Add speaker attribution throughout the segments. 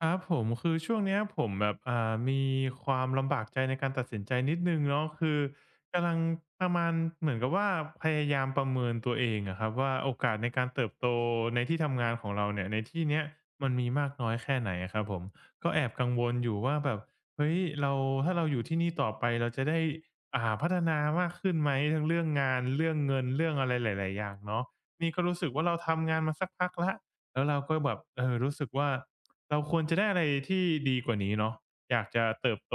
Speaker 1: ครับผมคือช่วงเนี้ยผมแบบมีความลำบากใจในการตัดสินใจนิดหนึ่งเนาะคือกำลังประมาณเหมือนกับว่าพยายามประเมินตัวเองอะครับว่าโอกาสในการเติบโตในที่ทำงานของเราเนี่ยในที่เนี้ยมันมีมากน้อยแค่ไหนอะครับผมก็แอบกังวลอยู่ว่าแบบเฮ้ยเราถ้าเราอยู่ที่นี่ต่อไปเราจะได้พัฒนามากขึ้นไหมทั้งเรื่องงานเรื่องเงินเรื่องอะไรหลายๆอย่างเนาะนี่ก็รู้สึกว่าเราทำงานมาสักพักแล้วแล้วเราก็แบบรู้สึกว่า เราควรจะได้อะไรที่ดีกว่านี้เนาะอยากจะเติบโต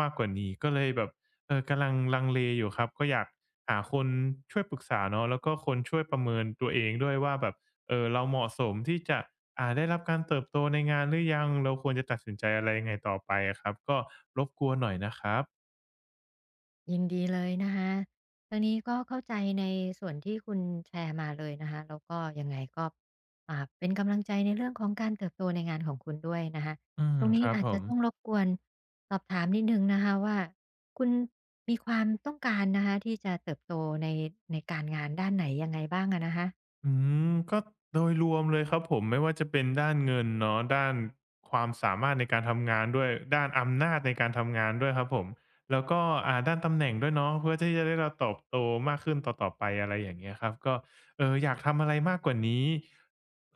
Speaker 1: มากกว่านี้ก็เลยแบบกำลังลังเลอยู่ครับก็อยากหาคนช่วยปรึกษาเนาะแล้วก็คนช่วยประเมินตัวเองด้วยว่าแบบเราเหมาะสมที่จะได้รับการเติบโตในงานหรือยังเราควรจะตัดสินใจอะไรยังไงต่อไปอะครับก็รบกวนหน่อยนะครับ
Speaker 2: ยินดีเลยนะคะทางนี้ก็เข้าใจในส่วนที่คุณแชร์มาเลยนะคะแล้วก็ยังไงก็เป็นกำลังใจในเรื่องของการเติบโตในงานของคุณด้วยนะคะ
Speaker 1: อื
Speaker 2: ต
Speaker 1: ม
Speaker 2: รง
Speaker 1: ค
Speaker 2: นี้
Speaker 1: รับ
Speaker 2: อาจ
Speaker 1: ผ
Speaker 2: จะ
Speaker 1: ม
Speaker 2: ต้องรบกวนสอบถามนิดนึ่งนะคะว่าคุณมีความต้องการนะคะที่จะเติบโตในในการงานด้านไหนยังไงบ้างอะนะคะ
Speaker 1: อืมก็โดยรวมเลยครับผมไม่ว่าจะเป็นด้านเงินเนาะด้านความสามารถในการทำงานด้วยด้านอำนาจในการทำงานด้วยครับผมแล้วก็ด้านตำแหน่งด้วยเนาะเพื่อที่จะได้เราเติบโตมากขึ้นต่อๆไปอะไรอย่างเงี้ยครับก็ อยากทำอะไรมากกว่านี้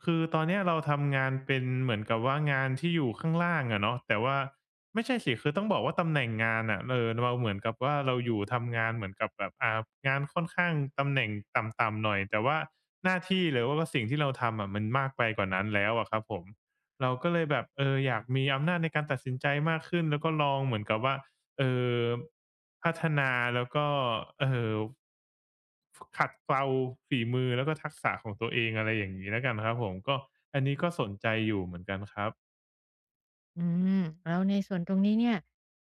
Speaker 1: คือตอนเนี้ยเราทำงานเป็นเหมือนกับว่างานที่อยู่ข้างล่างอะเนาะแต่ว่าไม่ใช่สิคือต้องบอกว่าตำแหน่งงานอะเราเหมือนกับว่าเราอยู่ทำงานเหมือนกับแบบงานค่อนข้างตำแหน่งต่ำๆหน่อยแต่ว่าหน้าที่หรือว่าสิ่งที่เราทำอะมันมากไปกว่านั้นแล้วอะครับผมเราก็เลยแบบอยากมีอำนาจในการตัดสินใจมากขึ้นแล้วก็ลองเหมือนกับว่า เออพัฒนาแล้วก็เออขัดเกลาฝีมือแล้วก็ทักษะของตัวเองอะไรอย่างงี้แล้วกันครับผมก็อันนี้ก็สนใจอยู่เหมือนกันครับ
Speaker 2: อืมแล้วในส่วนตรงนี้เนี่ย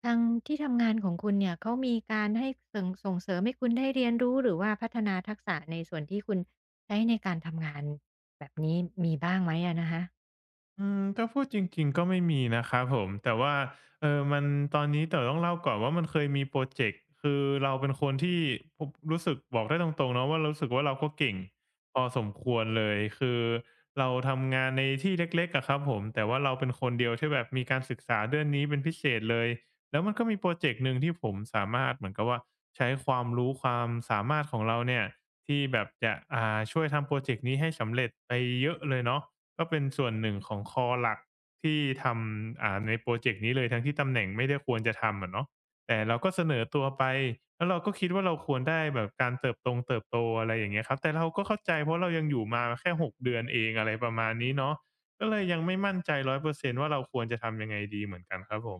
Speaker 2: ทางที่ทำงานของคุณเนี่ยเขามีการให้ส่งเสริมให้คุณได้เรียนรู้หรือว่าพัฒนาทักษะในส่วนที่คุณใช้ในการทำงานแบบนี้มีะ
Speaker 1: อืมถ้าพูดจริงๆก็ไม่มีนะครับผมแต่ว่ามันตอนนี้แต่ต้องเล่าก่อนว่ามันเคยมีโปรเจกต์คือเราเป็นคนที่ผมรู้สึกบอกได้ตรงๆเนาะว่ารู้สึกว่าเราก็เก่งพอสมควรเลยคือเราทำงานในที่เล็กๆอะครับผมแต่ว่าเราเป็นคนเดียวที่แบบมีการศึกษาเรื่องนี้เป็นพิเศษเลยแล้วมันก็มีโปรเจกต์หนึ่งที่ผมสามารถเหมือนกับว่าใช้ความรู้ความสามารถของเราเนี่ยที่แบบจะช่วยทำโปรเจกต์นี้ให้สำเร็จไปเยอะเลยเนาะ ก็เป็นส่วนหนึ่งของคอหลักที่ทำในพรอเจกต์นี้เลยทั้งที่ตำแหน่งไม่ได้ควรจะทำอะเนาะแต่เราก็เสนอตัวไปแล้วเราก็คิดว่าเราควรได้แบบการเติบโตอะไรอย่างเงี้ยครับแต่เราก็เข้าใจเพราะเรายังอยู่มาแค่6 เดือนเองอะไรประมาณนี้เนาะก็เลยยังไม่มั่นใจ100%ว่าเราควรจะทำยังไงดีเหมือนกันครับผม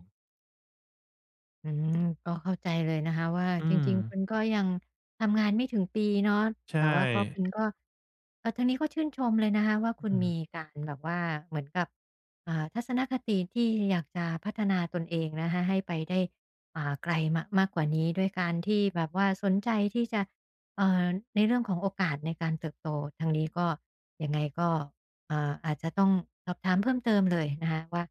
Speaker 2: อืมก็เข้าใจเลยนะคะว่าจ
Speaker 1: อืม
Speaker 2: ริงๆ คุณก็ยังทำงานไม่ถึงปีเนาะแต่
Speaker 1: ใช่
Speaker 2: ว่าก็คุณก็ทางนี้ก็ชื่นชมเลยนะคะว่าคุณ
Speaker 1: อือ
Speaker 2: มีการแบบว่าเหมือนกับทัศนคติที่อยากจะพัฒนาตนเองนะคะให้ไปได้ไกลมากกว่านี้ด้วยการที่แบบว่าสนใจที่จะเอ่อในเรื่องของโอกาสในการเติบโตทางนี้ก็ยังไงก็ อาจจะต้องสอบถามเพิ่มเติมเลยนะคะว่า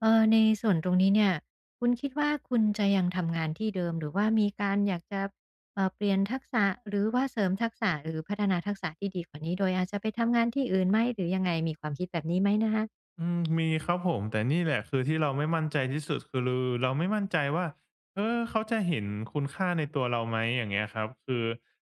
Speaker 2: เออในส่วนตรงนี้เนี่ยคุณคิดว่าคุณจะยังทำงานที่เดิมหรือว่ามีการอยากจะเปลี่ยนทักษะหรือว่าเสริมทักษะหรือพัฒนาทักษะที่ดีกว่านี้โดยอาจจะไปทำงานที่อื่นไหมหรือยังไงมีความคิดแบบนี้ไหมนะคะ
Speaker 1: อืมมีครับผมแต่นี่แหละคือที่เราไม่มั่นใจที่สุดคือเราไม่มั่นใจว่าเขาจะเห็นคุณค่าในตัวเราไหมอย่างเงี้ยครับคือ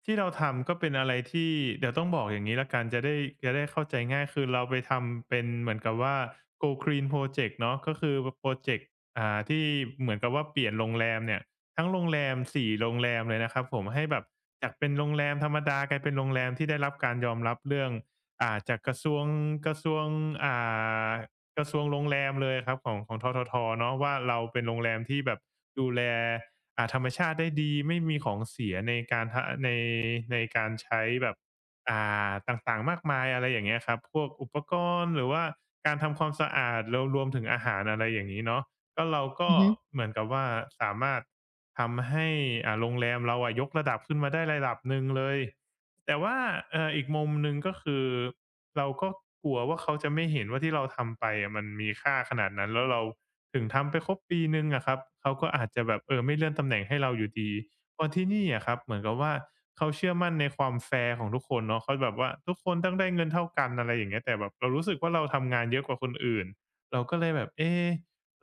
Speaker 1: ที่เราทำก็เป็นอะไรที่เดี๋ยวต้องบอกอย่างนี้ละกันจะได้เข้าใจง่ายคือเราไปทำเป็นเหมือนกับว่า Go Green Project เนาะก็คือโปรเจกต์ที่เหมือนกับว่าเปลี่ยนโรงแรมเนี่ยทั้งโรงแรม4โรงแรมเลยนะครับผมให้แบบจากเป็นโรงแรมธรรมดากลายเป็นโรงแรมที่ได้รับการยอมรับเรื่อง จากกระทรวงกระทรวงอ่ากระทรวงโรงแรมเลยครับของทททเนาะว่าเราเป็นโรงแรมที่แบบดูแลธรรมชาติได้ดีไม่มีของเสียในการทในในการใช้แบบอ่ต่างๆมากมายอะไรอย่างเงี้ยครับพวกอุปกรณ์หรือว่าการทำความสะอาดรวมถึงอาหารอะไรอย่างงี้เนาะก็เราก็
Speaker 2: อือฮึ
Speaker 1: เหมือนกับว่าสามารถทำให้โรงแรมเราอะยกระดับขึ้นมาได้ระดับหนึ่งเลย แต่ว่าอีกมุมหนึ่งก็คือเราก็กลัวว่าเขาจะไม่เห็นว่าที่เราทำไปอะมันมีค่าขนาดนั้นแล้วเราถึงทำไปครบปีหนึ่งอะครับเขาก็อาจจะแบบไม่เลื่อนตำแหน่งให้เราอยู่ดีเพราะที่นี่อะครับเหมือนกับว่าเขาเชื่อมั่นในความแฟร์ของทุกคนเนาะเขาแบบว่าทุกคนต้องได้เงินเท่ากันอะไรอย่างเงี้ยแต่แบบเรารู้สึกว่าเราทำงานเยอะกว่าคนอื่นเราก็เลยแบบ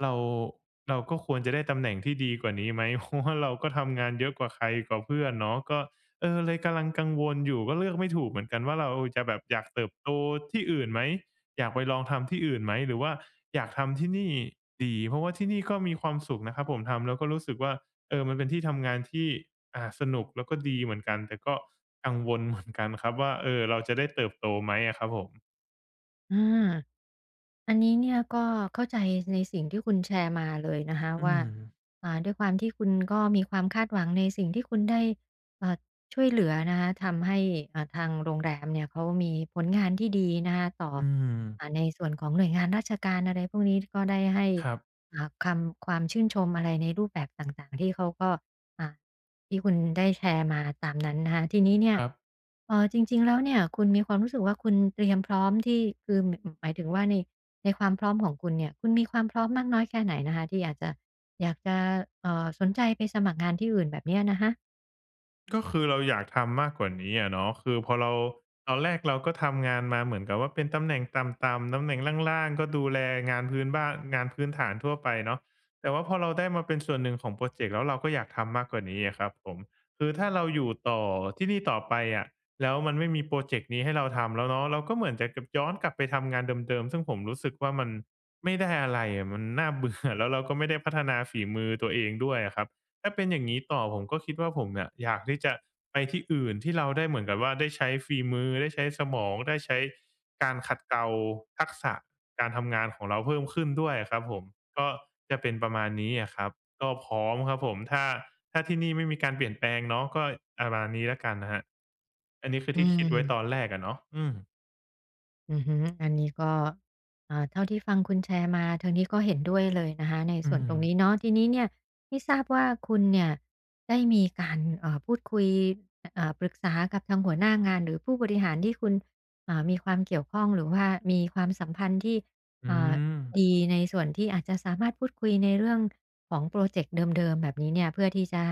Speaker 1: เราเราก็ควรจะได้ตำแหน่งที่ดีกว่านี้ไหม เพราะว่าเราก็ทำงานเยอะกว่าใครกว่าเพื่อนเนาะก็ เออเลยกำลังกังวลอยู่ก็เลือกไม่ถูกเหมือนกันว่าเราจะแบบอยากเติบโตที่อื่นไหมอยากไปลองทำที่อื่นไหมหรือว่าอยากทำที่นี่ดีเพราะว่าที่นี่ก็มีความสุขนะครับผมทำแล้วก็รู้สึกว่าเออมันเป็นที่ทำงานที่สนุกแล้วก็ดีเหมือนกันแต่ก็กังวลเหมือนกันครับว่าเออเราจะได้เติบโตไหมอะครับผม
Speaker 2: อา อันนี้เนี่ยก็เข้าใจในสิ่งที่คุณแชร์มาเลยนะคะ
Speaker 1: อื
Speaker 2: ว่า
Speaker 1: ม
Speaker 2: ด้วยความที่คุณก็มีความคาดหวังในสิ่งที่คุณได้เอ่อช่วยเหลือนะคะทำให้ทางโรงแรมเนี่ยเขามีผลงานที่ดีนะคะต่อ
Speaker 1: อืม
Speaker 2: ในส่วนของหน่วยงานราชการอะไรพวกนี้ก็ได้ให้
Speaker 1: ครับ
Speaker 2: ความชื่นชมอะไรในรูปแบบต่างๆที่เขาก็อ่า ที่คุณได้แชร์มาตามนั้นนะคะทีนี้เนี่
Speaker 1: ค
Speaker 2: ย
Speaker 1: รับ
Speaker 2: จริงๆแล้วเนี่ยคุณมีความรู้สึกว่าคุณเตรียมพร้อมที่คือหมายถึงว่าในความพร้อมของคุณเนี่ยคุณมีความพร้อมมากน้อยแค่ไหนนะคะที่อยากจะสนใจไปสมัครงานที่อื่นแบบเนี้ยนะคะ
Speaker 1: ก็คือเราอยากทำมากกว่านี้อะเนาะคือพอเราตอนแรกเราก็ทำงานมาเหมือนกับว่าเป็นตำแหน่งต่ำๆตำแหน่งล่างๆก็ดูแลงานพื้นบ้านงานพื้นฐานทั่วไปเนาะแต่ว่าพอเราได้มาเป็นส่วนหนึ่งของพรอเจกต์แล้วเราก็อยากทำมากกว่านี้อะครับผมคือถ้าเราอยู่ต่อที่นี่ต่อไปอะแล้วมันไม่มีพรอเจกต์นี้ให้เราทำแล้วเนาะเราก็เหมือนจะกับย้อนกลับไปทำงานเดิมๆซึ่งผมรู้สึกว่ามันไม่ได้อะไรอะมันน่าเบื่อ แล้วเราก็ไม่ได้พัฒนาฝีมือตัวเองด้วยอะครับ ถ้าเป็นอย่างนี้ต่อผมก็คิดว่าผมเนี่ยอยากที่จะไปที่อื่นที่เราได้เหมือนกับว่าได้ใช้ฝีมือได้ใช้สมองได้ใช้การขัดเกลาทักษะการทำงานของเราเพิ่มขึ้นด้วยอะครับผมก็จะเป็นประมาณนี้อะครับก็พร้อมครับผมถ้าที่นี่ไม่มีการเปลี่ยนแปลงเนาะก็ประมาณนี้แล้วกันนะครับอันนี้คือ
Speaker 2: อื
Speaker 1: ที่
Speaker 2: ม
Speaker 1: คิดไว้ตอนแรกอะเนาะอืม
Speaker 2: อือฮึอันนี้ก็เท่าที่ฟังคุณแชร์มาทางนี้ก็เห็นด้วยเลยนะคะใน
Speaker 1: อื
Speaker 2: ส่วน
Speaker 1: ม
Speaker 2: ตรงนี้เนาะทีนี้เนี่ยไม่ทราบว่าคุณเนี่ยได้มีการพูดคุยปรึกษากับทางหัวหน้างานหรือผู้บริหารที่คุณมีความเกี่ยวข้องหรือว่ามีความสัมพันธ์ที่
Speaker 1: อื
Speaker 2: เอ่อ
Speaker 1: ม
Speaker 2: ดีในส่วนที่อาจจะสามารถพูดคุยในเรื่องของโปรเจกต์เดิมๆแบบนี้เนี่ยเพื่อที่จะ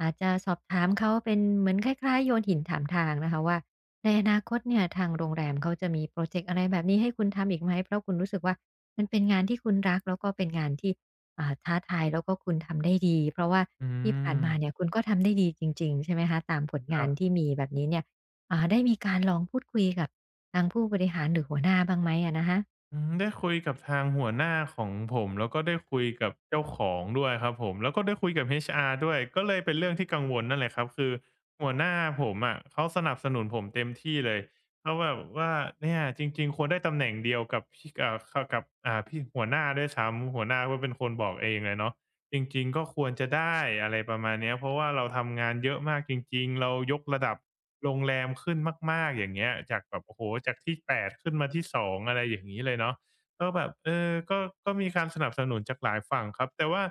Speaker 2: อาจจะสอบถามเขาเป็นเหมือนคล้ายๆโยนหินถามทางนะคะว่า ในอนาคตเนี่ยทางโรงแรมเขาจะมีพรอเจกต์อะไรแบบนี้ให้คุณทำอีกไหมเพราะคุณรู้สึกว่ามันเป็นงานที่คุณรักแล้วก็เป็นงานที่ท้าทายแล้วก็คุณทำได้ดีเพราะว่า
Speaker 1: อื
Speaker 2: ที่ผ่าน
Speaker 1: ม
Speaker 2: มาเนี่ยคุณก็ทำได้ดีจริงๆใช่ไหมคะตามผล
Speaker 1: ค
Speaker 2: งา
Speaker 1: รั
Speaker 2: น
Speaker 1: บ
Speaker 2: ที่มีแบบนี้เนี่ยได้มีการลองพูดคุยกับทางผู้บริหารหรือหัวหน้าบ้างไหมอะนะคะ
Speaker 1: อืมได้คุยกับทางหัวหน้าของผมแล้วก็ได้คุยกับเจ้าของด้วยครับผมแล้วก็ได้คุยกับ HR ด้วยก็เลยเป็นเรื่องที่กังวลนั่นแหละครับคือหัวหน้าผมอะเขาสนับสนุนผมเต็มที่เลยเขาแบบว่าเนี่ยจริงๆควรได้ตำแหน่งเดียวกับพี่อ่าขกับพี่หัวหน้าด้วยซ้ำหัวหน้าก็เป็นคนบอกเองเลยเนาะ จริงๆก็ควรจะได้อะไรประมาณเนี้ยเพราะว่าเราทำงานเยอะมากจริงๆเรายกระดับโรงแรมขึ้นมากๆอย่างเงี้ยจากแบบโอ้โฮจากที่8ขึ้นมาที่2องอะไรอย่างงี้เลยเนาะก็แบบเออก็มีการสนับสนุนจากหลายฝั่งครับแต่ว่า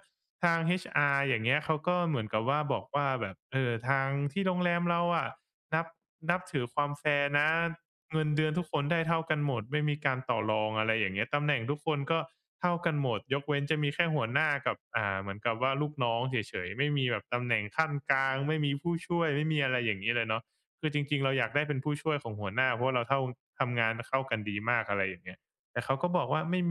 Speaker 1: ทาง HR อย่างเงี้ยเขาก็เหมือนกับว่าบอกว่าแบบเออทางที่โรงแรมเราอะนับนับถือความแฟร์นะ เงินเดือนทุกคนได้เท่ากันหมดไม่มีการต่อรองอะไรอย่างเงี้ยตำแหน่งทุกคนก็เท่ากันหมดยกเว้นจะมีแค่หัวหน้ากับเหมือนกับว่าลูกน้องเฉยๆไม่มีแบบตำแหน่งขั้นกลางไม่มีผู้ช่วยไม่มีอะไรอย่างงี้เลยเนาะคือจริงๆเราอยากได้เป็นผู้ช่วยของหัวหน้าเพราะว่าเราเท่าทำงานเข้ากันดีมากอะไรอย่างเงี้ยแต่เขาก็บอกว่าไม่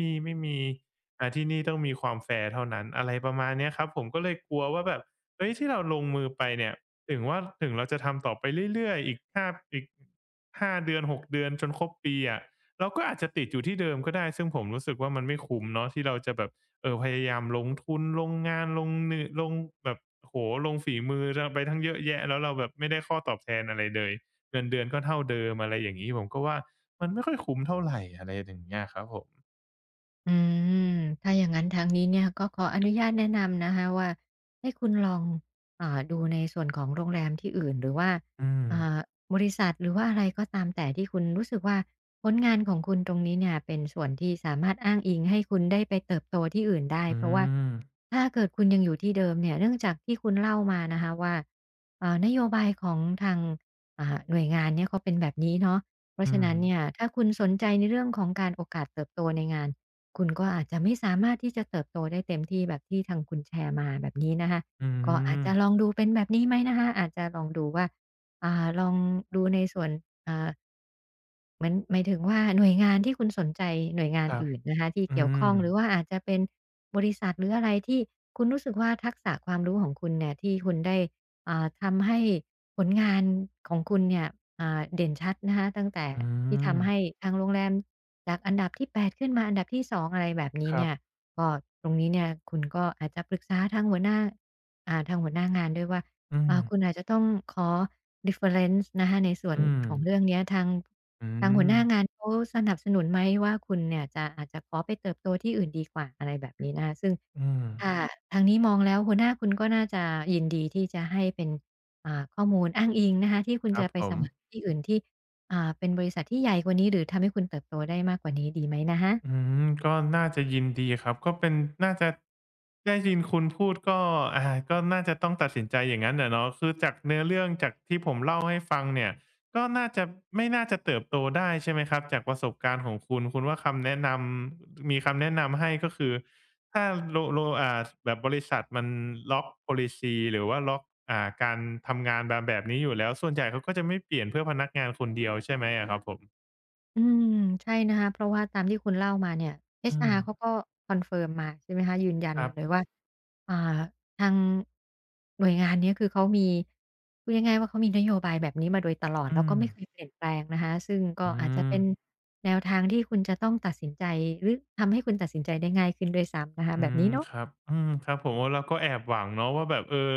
Speaker 1: มีๆที่นี่ต้องมีความแฟร์เท่านั้นอะไรประมาณเนี้ยครับผมก็เลยกลัวว่าแบบเฮ้ยที่เราลงมือไปเนี่ย ถึงเราจะทำต่อไปเรื่อยๆอีก5อีกห้าเดือน6เดือนจนครบปีอะะเราก็อาจจะติดอยู่ที่เดิมก็ได้ซึ่งผมรู้สึกว่ามันไม่คุ้มเนาะที่เราจะแบบเออพยายามลงทุนลงงานลงเนื้อลงแบบโหลงฝีมือเราไปทั้งเยอะแยะแล้วเราแบบไม่ได้ข้อตอบแทนอะไรเลยเงินเดือนก็เท่าเดิมอะไรอย่างนี้ผมก็ว่ามันไม่ค่อยคุ้มเท่าไหรอะไรอย่างเงี้ยครับผม
Speaker 2: อืมถ้าอย่างนั้นทางนี้เนี่ยก็ขออนุญาตแนะนำนะคะว่าให้คุณลองดูในส่วนของโรงแรมที่อื่นหรือว่า
Speaker 1: อื
Speaker 2: อ่า
Speaker 1: ม
Speaker 2: บริษัทหรือว่าอะไรก็ตามแต่ที่คุณรู้สึกว่าผลงานของคุณตรงนี้เนี่ยเป็นส่วนที่สามารถอ้างอิงให้คุณได้ไปเติบโตที่อื่นได้
Speaker 1: อื
Speaker 2: เพราะว่า
Speaker 1: ม
Speaker 2: ถ้าเกิดคุณยังอยู่ที่เดิมเนี่ยเนื่องจากที่คุณเล่ามานะคะว่านโยบายของทางหน่วยงานเนี่ยเขาเป็นแบบนี้เนาะเพราะ
Speaker 1: อื
Speaker 2: ฉะ
Speaker 1: ม
Speaker 2: นั้นเนี่ยถ้าคุณสนใจในเรื่องของการโอกาสเติบโตในงาน คุณก็อาจจะไม่สามารถที่จะเติบโตได้เต็มที่แบบที่ทางคุณแชร์มาแบบนี้นะคะ
Speaker 1: อื
Speaker 2: ก็อาจ
Speaker 1: ม
Speaker 2: จะลองดูเป็นแบบนี้ไหมนะคะอาจจะลองดูว่าลองดูในส่วนอ่า เหมือนหมายถึงว่าหน่วยงานที่คุณสนใจหน่วยงาน
Speaker 1: ครับ
Speaker 2: อื่นนะคะที่
Speaker 1: อื
Speaker 2: เกี่ยว
Speaker 1: ม
Speaker 2: ข้องหรือว่าอาจจะเป็นบริษัทหรืออะไรที่คุณรู้สึกว่าทักษะความรู้ของคุณเนี่ยที่คุณได้ทำให้ผลงานของคุณเนี่ยเด่นชัดนะคะตั้งแต่
Speaker 1: อื
Speaker 2: ที่
Speaker 1: ม
Speaker 2: ทำให้ทางโรงแรมจากอันดับที่8ขึ้นมาอันดับที่2องอะไรแบบนี้
Speaker 1: ครั
Speaker 2: เนี่ย
Speaker 1: บ
Speaker 2: ก็ตรงนี้เนี่ยคุณก็อาจจะปรึกษาทางหัวหน้างานด้วยว่า
Speaker 1: อื
Speaker 2: คุณ
Speaker 1: ม
Speaker 2: อาจจะต้องขอ reference นะคะในส่วน
Speaker 1: อืม
Speaker 2: ของเรื่องเนี้ยทาง
Speaker 1: อื
Speaker 2: ทางหัว
Speaker 1: ม
Speaker 2: หน้างานเขาสนับสนุนไหมว่าคุณเนี่ยจะอาจจะขอไปเติบโตที่อื่นดีกว่าอะไรแบบนี้นะคะซึ่ง
Speaker 1: อืม
Speaker 2: ถ้าทางนี้มองแล้วหัวหน้าคุณก็น่าจะยินดีที่จะให้เป็นข้อมูลอ้างอิงนะคะที่คุณ
Speaker 1: ครั
Speaker 2: จะ
Speaker 1: บ
Speaker 2: ไป
Speaker 1: ผ
Speaker 2: ส
Speaker 1: ม
Speaker 2: มัครที่อื่นที่เป็นบริษัทที่ใหญ่กว่านี้หรือทำให้คุณเติบโตได้มากกว่านี้ดีไหมนะคะ
Speaker 1: อืมก็น่าจะยินดีครับก็เป็นน่าจะได้ยินคุณพูดก็อ่าก็น่าจะต้องตัดสินใจอย่างนั้นน่ะเนาะคือจากเนื้อเรื่องจากที่ผมเล่าให้ฟังเนี่ยก็น่าจะไม่น่าจะเติบโตได้ใช่ไหมครับจากประสบการณ์ของคุณว่าคำแนะนำมีคำแนะนำให้ก็คือถ้าโลโลอ่าแบบบริษัทมันล็อก policy หรือว่าล็อกการทำงานมาแบบนี้อยู่แล้วส่วนใหญ่เขาก็จะไม่เปลี่ยนเพื่อพนักงานคนเดียวใช่ไหมอะครับผม
Speaker 2: อืมใช่นะคะเพราะว่าตามที่คุณเล่ามาเนี่ย
Speaker 1: อืม
Speaker 2: HR เขาก็คอนเฟิร์มมาใช่ไหมคะยืนยัน
Speaker 1: ครั
Speaker 2: มาเลย
Speaker 1: บ
Speaker 2: ว่าอ่าทางหน่วยงานเนี้ยคือเขาพูดง่ายๆว่าเขามีนโยบายแบบนี้มาโดยตลอด
Speaker 1: อื
Speaker 2: แล้วก็
Speaker 1: ม
Speaker 2: ไม่เคยเปลี่ยนแปลงนะคะซึ่งก็
Speaker 1: อื
Speaker 2: อาจจะ
Speaker 1: ม
Speaker 2: เป็นแนวทางที่คุณจะต้องตัดสินใจหรือทำให้คุณตัดสินใจได้ง่ายขึ้นด้วยซ้ำนะคะ
Speaker 1: อื
Speaker 2: แบบ
Speaker 1: ม
Speaker 2: นี้เนาะ
Speaker 1: ครับอืมครับผมเราก็แอบหวังเนาะว่าแบบเออ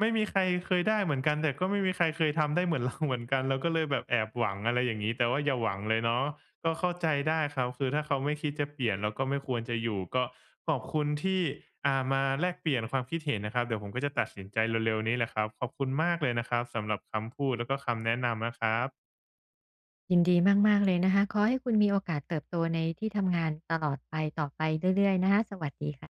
Speaker 1: ไม่มีใครเคยได้เหมือนกันแต่ก็ไม่มีใครเคยทำได้เหมือนเรา เหมือนกันเราก็เลยแบบแอบหวังอะไรอย่างงี้แต่ว่าอย่าหวังเลยเนาะก็เข้าใจได้ครับคือถ้าเขาไม่คิดจะเปลี่ยนแล้วก็ไม่ควรจะอยู่ก็ขอบคุณที่มาแลกเปลี่ยนความคิดเห็นนะครับเดี๋ยวผมก็จะตัดสินใจเร็วๆนี้แหละครับขอบคุณมากเลยนะครับสำหรับคำพูดแล้วก็คำแนะนำนะครับ
Speaker 2: ยินดีมากๆเลยนะคะขอให้คุณมีโอกาสเติบโตในที่ทำงานตลอดไปต่อไปเรื่อยๆนะคะสวัสดีค่ะ